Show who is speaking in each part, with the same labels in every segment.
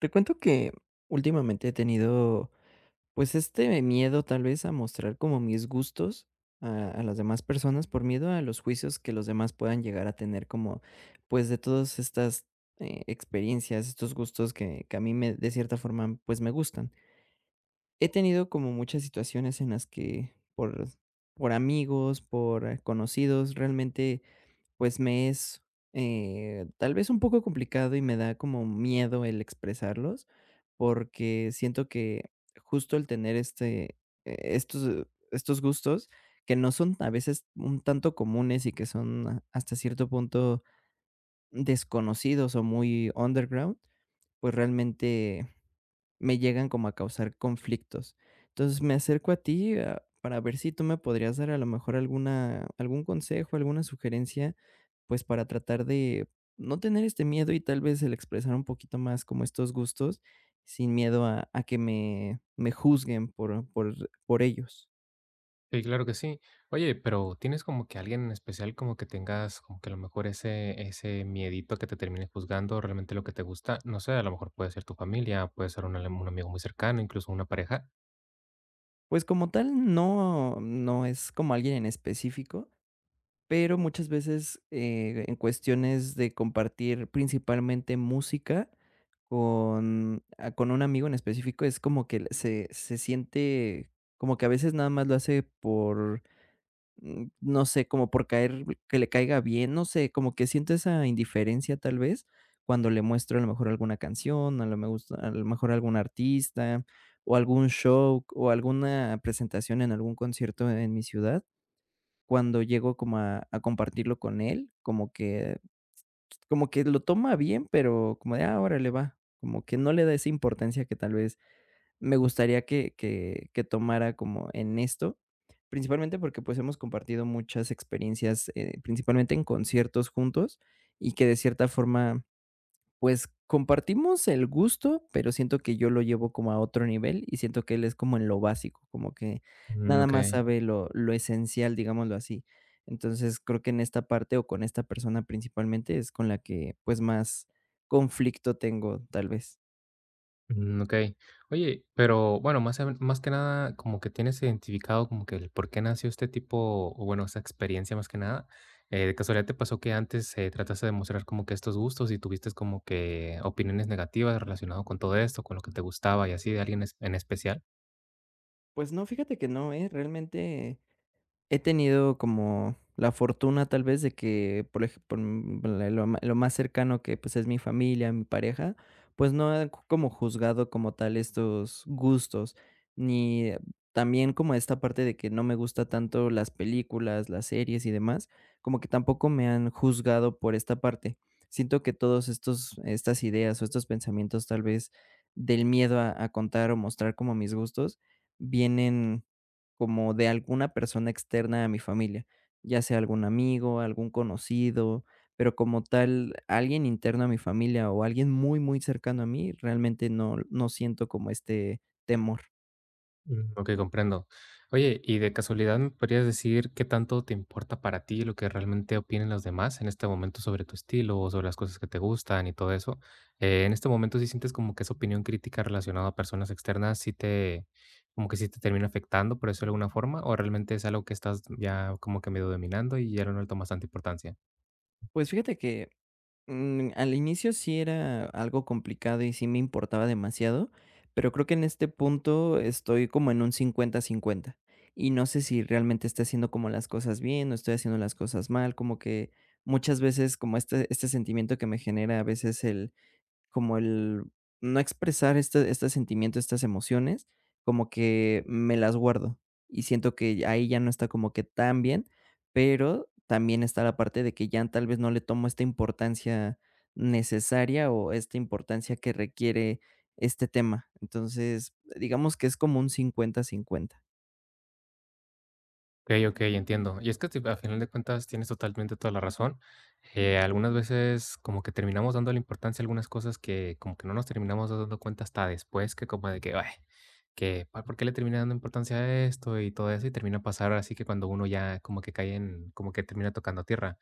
Speaker 1: Te cuento que últimamente he tenido, pues, este miedo tal vez a mostrar como mis gustos a las demás personas por miedo a los juicios que los demás puedan llegar a tener como, pues, de todas estas, experiencias, estos gustos que a mí me de cierta forma, pues, me gustan. He tenido como muchas situaciones en las que por amigos, por conocidos, realmente pues me es, tal vez un poco complicado y me da como miedo el expresarlos, porque siento que justo el tener estos gustos que no son a veces un tanto comunes y que son hasta cierto punto desconocidos o muy underground, pues realmente me llegan como a causar conflictos. Entonces, me acerco a ti, para ver si tú me podrías dar a lo mejor alguna algún consejo, alguna sugerencia, pues, para tratar de no tener este miedo y tal vez el expresar un poquito más como estos gustos sin miedo a que me juzguen por ellos.
Speaker 2: Sí, claro que sí. Oye, pero ¿tienes como que alguien en especial como que tengas como que a lo mejor ese miedito que te termine juzgando realmente lo que te gusta? No sé, a lo mejor puede ser tu familia, puede ser un, ale- un amigo muy cercano, incluso una pareja.
Speaker 1: Pues, como tal, no es como alguien en específico, pero muchas veces, en cuestiones de compartir principalmente música con con un amigo en específico, es como que se siente como que a veces nada más lo hace por, no sé, como por caer que le caiga bien, no sé, como que siento esa indiferencia, tal vez, cuando le muestro a lo mejor alguna canción, a lo me gusta a lo mejor algún artista, o algún show, o alguna presentación en algún concierto en mi ciudad. Cuando llego como a compartirlo con él, como que lo toma bien, pero como de: "Ah, órale, va", como que no le da esa importancia que tal vez me gustaría que tomara como en esto, principalmente porque, pues, hemos compartido muchas experiencias, principalmente en conciertos juntos, y que de cierta forma pues, compartimos el gusto, pero siento que yo lo llevo como a otro nivel, y siento que él es como en lo básico, como que
Speaker 2: Mm,
Speaker 1: nada
Speaker 2: ok.
Speaker 1: más sabe lo esencial, digámoslo así. Entonces, creo que en esta parte, o con esta persona principalmente, es con la que, pues, más conflicto tengo, tal vez.
Speaker 2: Mm, okey. Oye, pero bueno, más a más que nada, como que tienes identificado como que el por qué nació este tipo, o bueno, esa experiencia más que nada, ¿de casualidad te pasó que antes, trataste de mostrar como que estos gustos y tuviste como que opiniones negativas relacionado con todo esto, con lo que te gustaba y así de alguien es en especial?
Speaker 1: Pues no, fíjate que no, ¿eh? Realmente he tenido como la fortuna tal vez de que, por ejemplo, lo más cercano que pues es mi familia, mi pareja, pues no he como juzgado como tal estos gustos, ni también como esta parte de que no me gusta tanto las películas, las series y demás, como que tampoco me han juzgado por esta parte. Siento que todos estas ideas o estos pensamientos tal vez del miedo a contar o mostrar como mis gustos, vienen como de alguna persona externa a mi familia, ya sea algún amigo, algún conocido, pero como tal, alguien interno a mi familia o alguien muy, muy cercano a mí, realmente no siento como este temor.
Speaker 2: Mm, okey, comprendo. Oye, y de casualidad, ¿me podrías decir qué tanto te importa para ti lo que realmente opinen los demás en este momento sobre tu estilo o sobre las cosas que te gustan y todo eso? En este momento, ¿sí sientes como que esa opinión crítica relacionada a personas externas sí te como que sí te termina afectando, por eso de alguna forma, o realmente es algo que estás ya como que medio dominando y ya no le tomas tanta importancia?
Speaker 1: Pues fíjate que al inicio sí era algo complicado y sí me importaba demasiado, pero creo que en este punto estoy como en un cincuenta-cincuenta y no sé si realmente estoy haciendo como las cosas bien o estoy haciendo las cosas mal, como que muchas veces como este sentimiento que me genera a veces el como el no expresar este sentimiento, estas emociones, como que me las guardo, y siento que ahí ya no está como que tan bien, pero también está la parte de que ya tal vez no le tomo esta importancia necesaria o esta importancia que requiere este tema. Entonces, digamos que es como un cincuenta cincuenta.
Speaker 2: Okey, okey, entiendo. Y es que, si, a final de cuentas, tienes totalmente toda la razón. Algunas veces como que terminamos dándole importancia a algunas cosas que como que no nos terminamos dando cuenta hasta después, que como de que, ay, que pa ¿por qué le terminé dando importancia a esto? Y todo eso, y termina pasar así que cuando uno ya como que cae en como que termina tocando tierra.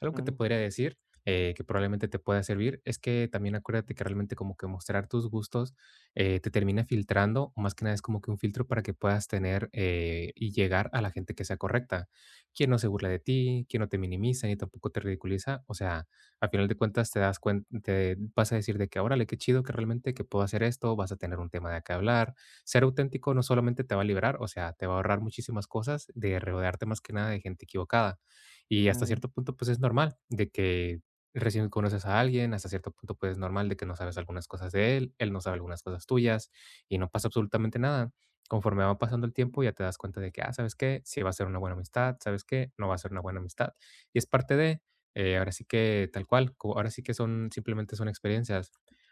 Speaker 2: Algo que te
Speaker 1: Claro,
Speaker 2: podría decir, que probablemente te pueda servir, es que también acuérdate que realmente como que mostrar tus gustos te termina filtrando, o más que nada es como que un filtro para que puedas tener y llegar a la gente que sea correcta, quien no se burla de ti, quien no te minimiza ni tampoco te ridiculiza, o sea, a final de cuentas te das cuenta, te vas a decir de que, órale, qué chido que realmente que puedo hacer esto, vas a tener un tema de qué hablar, ser auténtico no solamente te va a liberar, o sea, te va a ahorrar muchísimas cosas de rodearte más que nada de gente equivocada. Y hasta
Speaker 1: claro.
Speaker 2: cierto punto, pues es normal de que recién conoces a alguien, hasta cierto punto, pues, es normal de que no sabes algunas cosas de él, él no sabe algunas cosas tuyas, y no pasa absolutamente nada. Conforme va pasando el tiempo, ya te das cuenta de que, ah, ¿sabes qué? Sí va a ser una buena amistad, ¿sabes qué? No va a ser una buena amistad. Y es parte de, ahora sí que tal cual, co- ahora sí que son, simplemente son experiencias.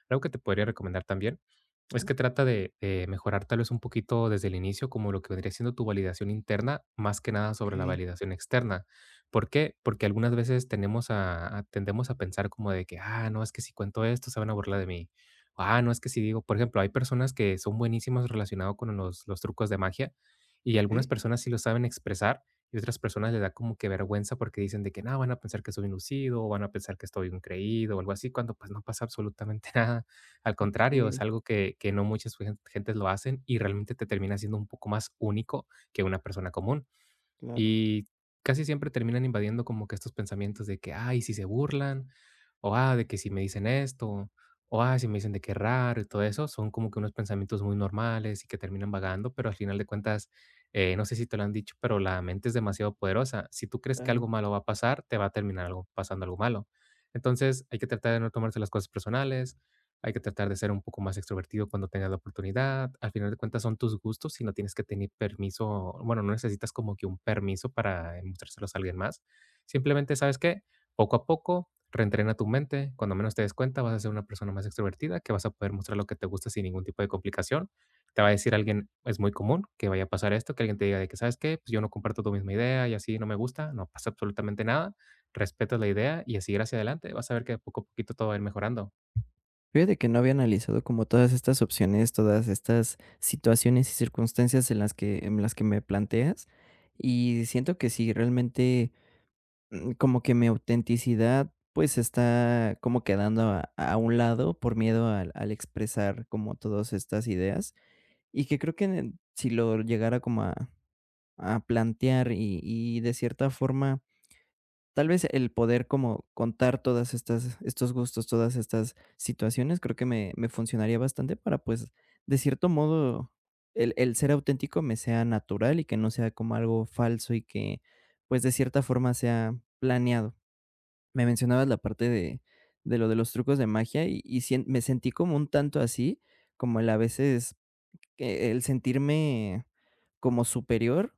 Speaker 2: Algo que te podría recomendar también es que trata de mejorar tal vez un poquito desde el inicio, como lo que vendría siendo tu validación interna, más que nada sobre la
Speaker 1: Okey,
Speaker 2: validación externa. ¿Por qué? Porque algunas veces tenemos a tendemos a pensar como de que: "Ah, no, es que si cuento esto se van a burlar de mí". Ah, no, es que si digo, por ejemplo, hay personas que son buenísimas relacionado con los trucos de magia, y algunas
Speaker 1: okey,
Speaker 2: personas sí lo saben expresar, y otras personas les da como que vergüenza porque dicen de que: "No, van a pensar que soy un lucido, o van a pensar que estoy un creído", o algo así, cuando, pues, no pasa absolutamente nada. Al contrario, es
Speaker 1: okey,
Speaker 2: algo que no muchas gen gentes lo hacen, y realmente te termina siendo un poco más único que una persona común.
Speaker 1: claro,
Speaker 2: Y casi siempre terminan invadiendo como que estos pensamientos de que, ay, si se burlan, o ah, de que si me dicen esto, o ah, si me dicen de qué raro y todo eso, son como que unos pensamientos muy normales y que terminan vagando, pero al final de cuentas, no sé si te lo han dicho, pero la mente es demasiado poderosa. Si tú crees que
Speaker 1: claro.
Speaker 2: algo malo va a pasar, te va a terminar algo, pasando algo malo. Entonces hay que tratar de no tomarse las cosas personales, hay que tratar de ser un poco más extrovertido cuando tengas la oportunidad. Al final de cuentas son tus gustos y no tienes que tener permiso, bueno, no necesitas como que un permiso para mostrárselos a alguien más. Simplemente, ¿sabes qué? Poco a poco, reentrena tu mente. Cuando menos te des cuenta, vas a ser una persona más extrovertida, que vas a poder mostrar lo que te gusta sin ningún tipo de complicación. Te va a decir alguien, es muy común que vaya a pasar esto, que alguien te diga de que, ¿sabes qué? Pues yo no comparto tu misma idea y así no me gusta, no pasa absolutamente nada. Respetas la idea y a seguir hacia adelante. Vas a ver que de poco a poquito todo va a ir mejorando.
Speaker 1: Fíjate que no había analizado como todas estas opciones, todas estas situaciones y circunstancias en las que me planteas, y siento que sí, realmente, mm, como que mi autenticidad, pues, está como quedando a un lado por miedo al expresar como todas estas ideas, y que creo que si lo llegara como a plantear y de cierta forma tal vez el poder como contar todas estas estos gustos, todas estas situaciones, creo que me funcionaría bastante para, pues, de cierto modo, el ser auténtico me sea natural y que no sea como algo falso y que, pues, de cierta forma sea planeado. Me mencionabas la parte de lo de los trucos de magia y sien me sentí como un tanto así, como el a veces que el sentirme como superior,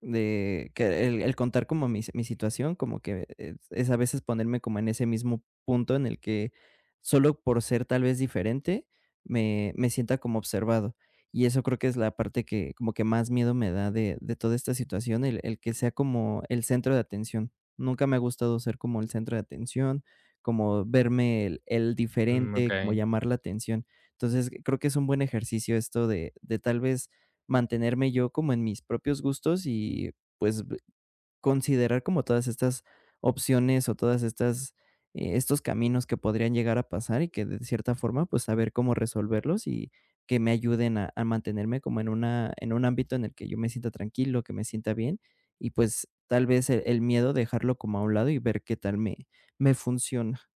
Speaker 1: de que el contar como mi situación, como que es a veces ponerme como en ese mismo punto en el que solo por ser tal vez diferente, me sienta como observado. Y eso creo que es la parte que como que más miedo me da de toda esta situación, el que sea como el centro de atención. Nunca me ha gustado ser como el centro de atención, como verme el
Speaker 2: Mm, ok.
Speaker 1: diferente, como llamar la atención. Entonces, creo que es un buen ejercicio esto de tal vez mantenerme yo como en mis propios gustos y, pues, b considerar como todas estas opciones o todas estas, estos caminos que podrían llegar a pasar y que de cierta forma, pues, saber cómo resolverlos y que me ayuden a mantenerme como en una en un ámbito en el que yo me sienta tranquilo, que me sienta bien y, pues, tal vez el miedo dejarlo como a un lado y ver qué tal me funciona.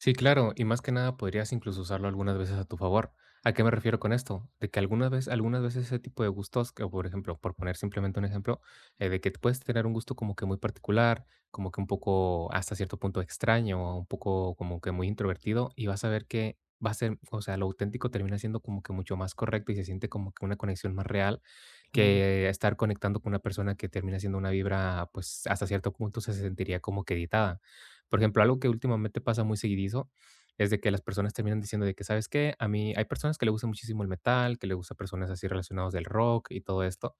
Speaker 2: Sí, claro, y más que nada podrías incluso usarlo algunas veces a tu favor. ¿A qué me refiero con esto? De que algunas veces ese tipo de gustos, que por ejemplo, por poner simplemente un ejemplo, de que puedes tener un gusto como que muy particular, como que un poco hasta cierto punto extraño, un poco como que muy introvertido, y vas a ver que va a ser, o sea, lo auténtico termina siendo como que mucho más correcto y se siente como que una conexión más real
Speaker 1: Claro,
Speaker 2: que estar conectando con una persona que termina siendo una vibra, pues hasta cierto punto se sentiría como que editada. Por ejemplo, algo que últimamente pasa muy seguidizo es de que las personas terminan diciendo de que, ¿sabes qué? A mí hay personas que le gusta muchísimo el metal, que le gusta personas así relacionados del rock y todo esto,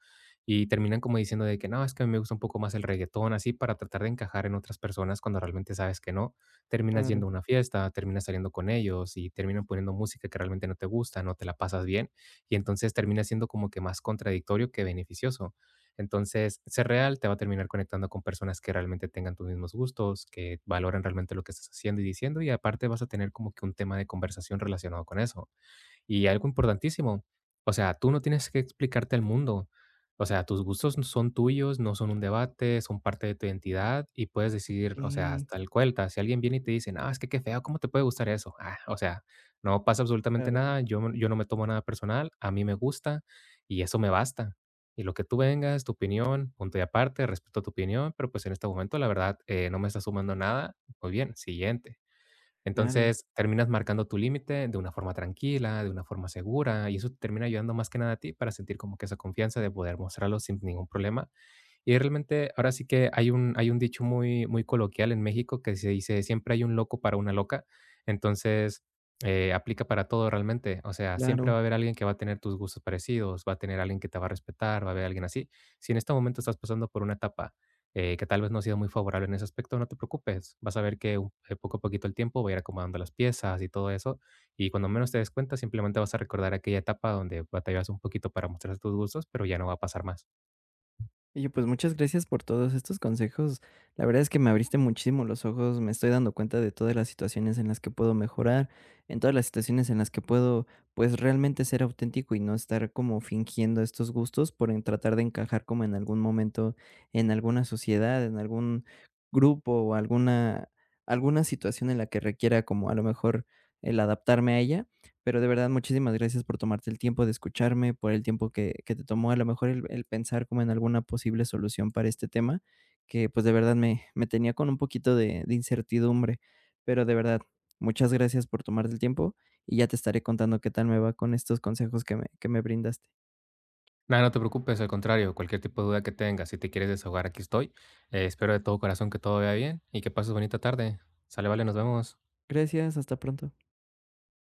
Speaker 2: y terminan como diciendo de que no, es que a mí me gusta un poco más el reggaetón, así para tratar de encajar en otras personas cuando realmente sabes que no. Terminas
Speaker 1: claro,
Speaker 2: yendo a una fiesta, terminas saliendo con ellos y terminan poniendo música que realmente no te gusta, no te la pasas bien, y entonces termina siendo como que más contradictorio que beneficioso. Entonces, ser real te va a terminar conectando con personas que realmente tengan tus mismos gustos, que valoren realmente lo que estás haciendo y diciendo, y aparte vas a tener como que un tema de conversación relacionado con eso. Y algo importantísimo, o sea, tú no tienes que explicarte al mundo. O sea, tus gustos n- son tuyos, no son un debate, son parte de tu identidad y puedes decidir, o sea,
Speaker 1: okey,
Speaker 2: tal cual, ta- si alguien viene y te dice, no, es que qué feo, ¿cómo te puede gustar eso? Ah, o sea, no pasa absolutamente
Speaker 1: claro,
Speaker 2: nada, yo, no- yo no me tomo nada personal, a mí me gusta y eso me basta. Y lo que tú vengas, tu opinión, punto y aparte, respeto tu opinión, pero pues en este momento, la verdad, no me está sumando nada. Muy bien, siguiente.
Speaker 1: claro,
Speaker 2: Entonces, terminas marcando tu límite de una forma tranquila, de una forma segura, y eso te termina ayudando más que nada a ti para sentir como que esa confianza de poder mostrarlo sin ningún problema. Y realmente ahora sí que hay un dicho muy muy coloquial en México que se dice: "Siempre hay un loco para una loca". Entonces, aplica para todo realmente. O sea, siempre
Speaker 1: claro.
Speaker 2: va a haber alguien que va a tener tus gustos parecidos, va a tener alguien que te va a respetar, va a haber alguien así. Si en este momento estás pasando por una etapa, que tal vez no ha sido muy favorable en ese aspecto, no te preocupes. Vas a ver que un poco a poquito el tiempo va a ir acomodando las piezas y todo eso. Y cuando menos te des cuenta, simplemente vas a recordar aquella etapa donde batallabas un poquito para mostrar tus gustos, pero ya no va a pasar más.
Speaker 1: Oye, pues muchas gracias por todos estos consejos. La verdad es que me abriste muchísimo los ojos. Me estoy dando cuenta de todas las situaciones en las que puedo mejorar, en todas las situaciones en las que puedo, pues realmente ser auténtico y no estar como fingiendo estos gustos por en tratar de encajar como en algún momento en alguna sociedad, en algún grupo o alguna, alguna situación en la que requiera como a lo mejor el adaptarme a ella. Pero de verdad, muchísimas gracias por tomarte el tiempo de escucharme, por el tiempo que te tomó a lo mejor el pensar como en alguna posible solución para este tema, que pues de verdad me, me tenía con un poquito de incertidumbre. Pero de verdad, muchas gracias por tomarte el tiempo y ya te estaré contando qué tal me va con estos consejos que me brindaste.
Speaker 2: Nada, no te preocupes, al contrario, cualquier tipo de duda que tengas, si te quieres desahogar, aquí estoy. Espero de todo corazón que todo vaya bien y que pases bonita tarde. Sale, vale, nos vemos.
Speaker 1: Gracias, hasta pronto.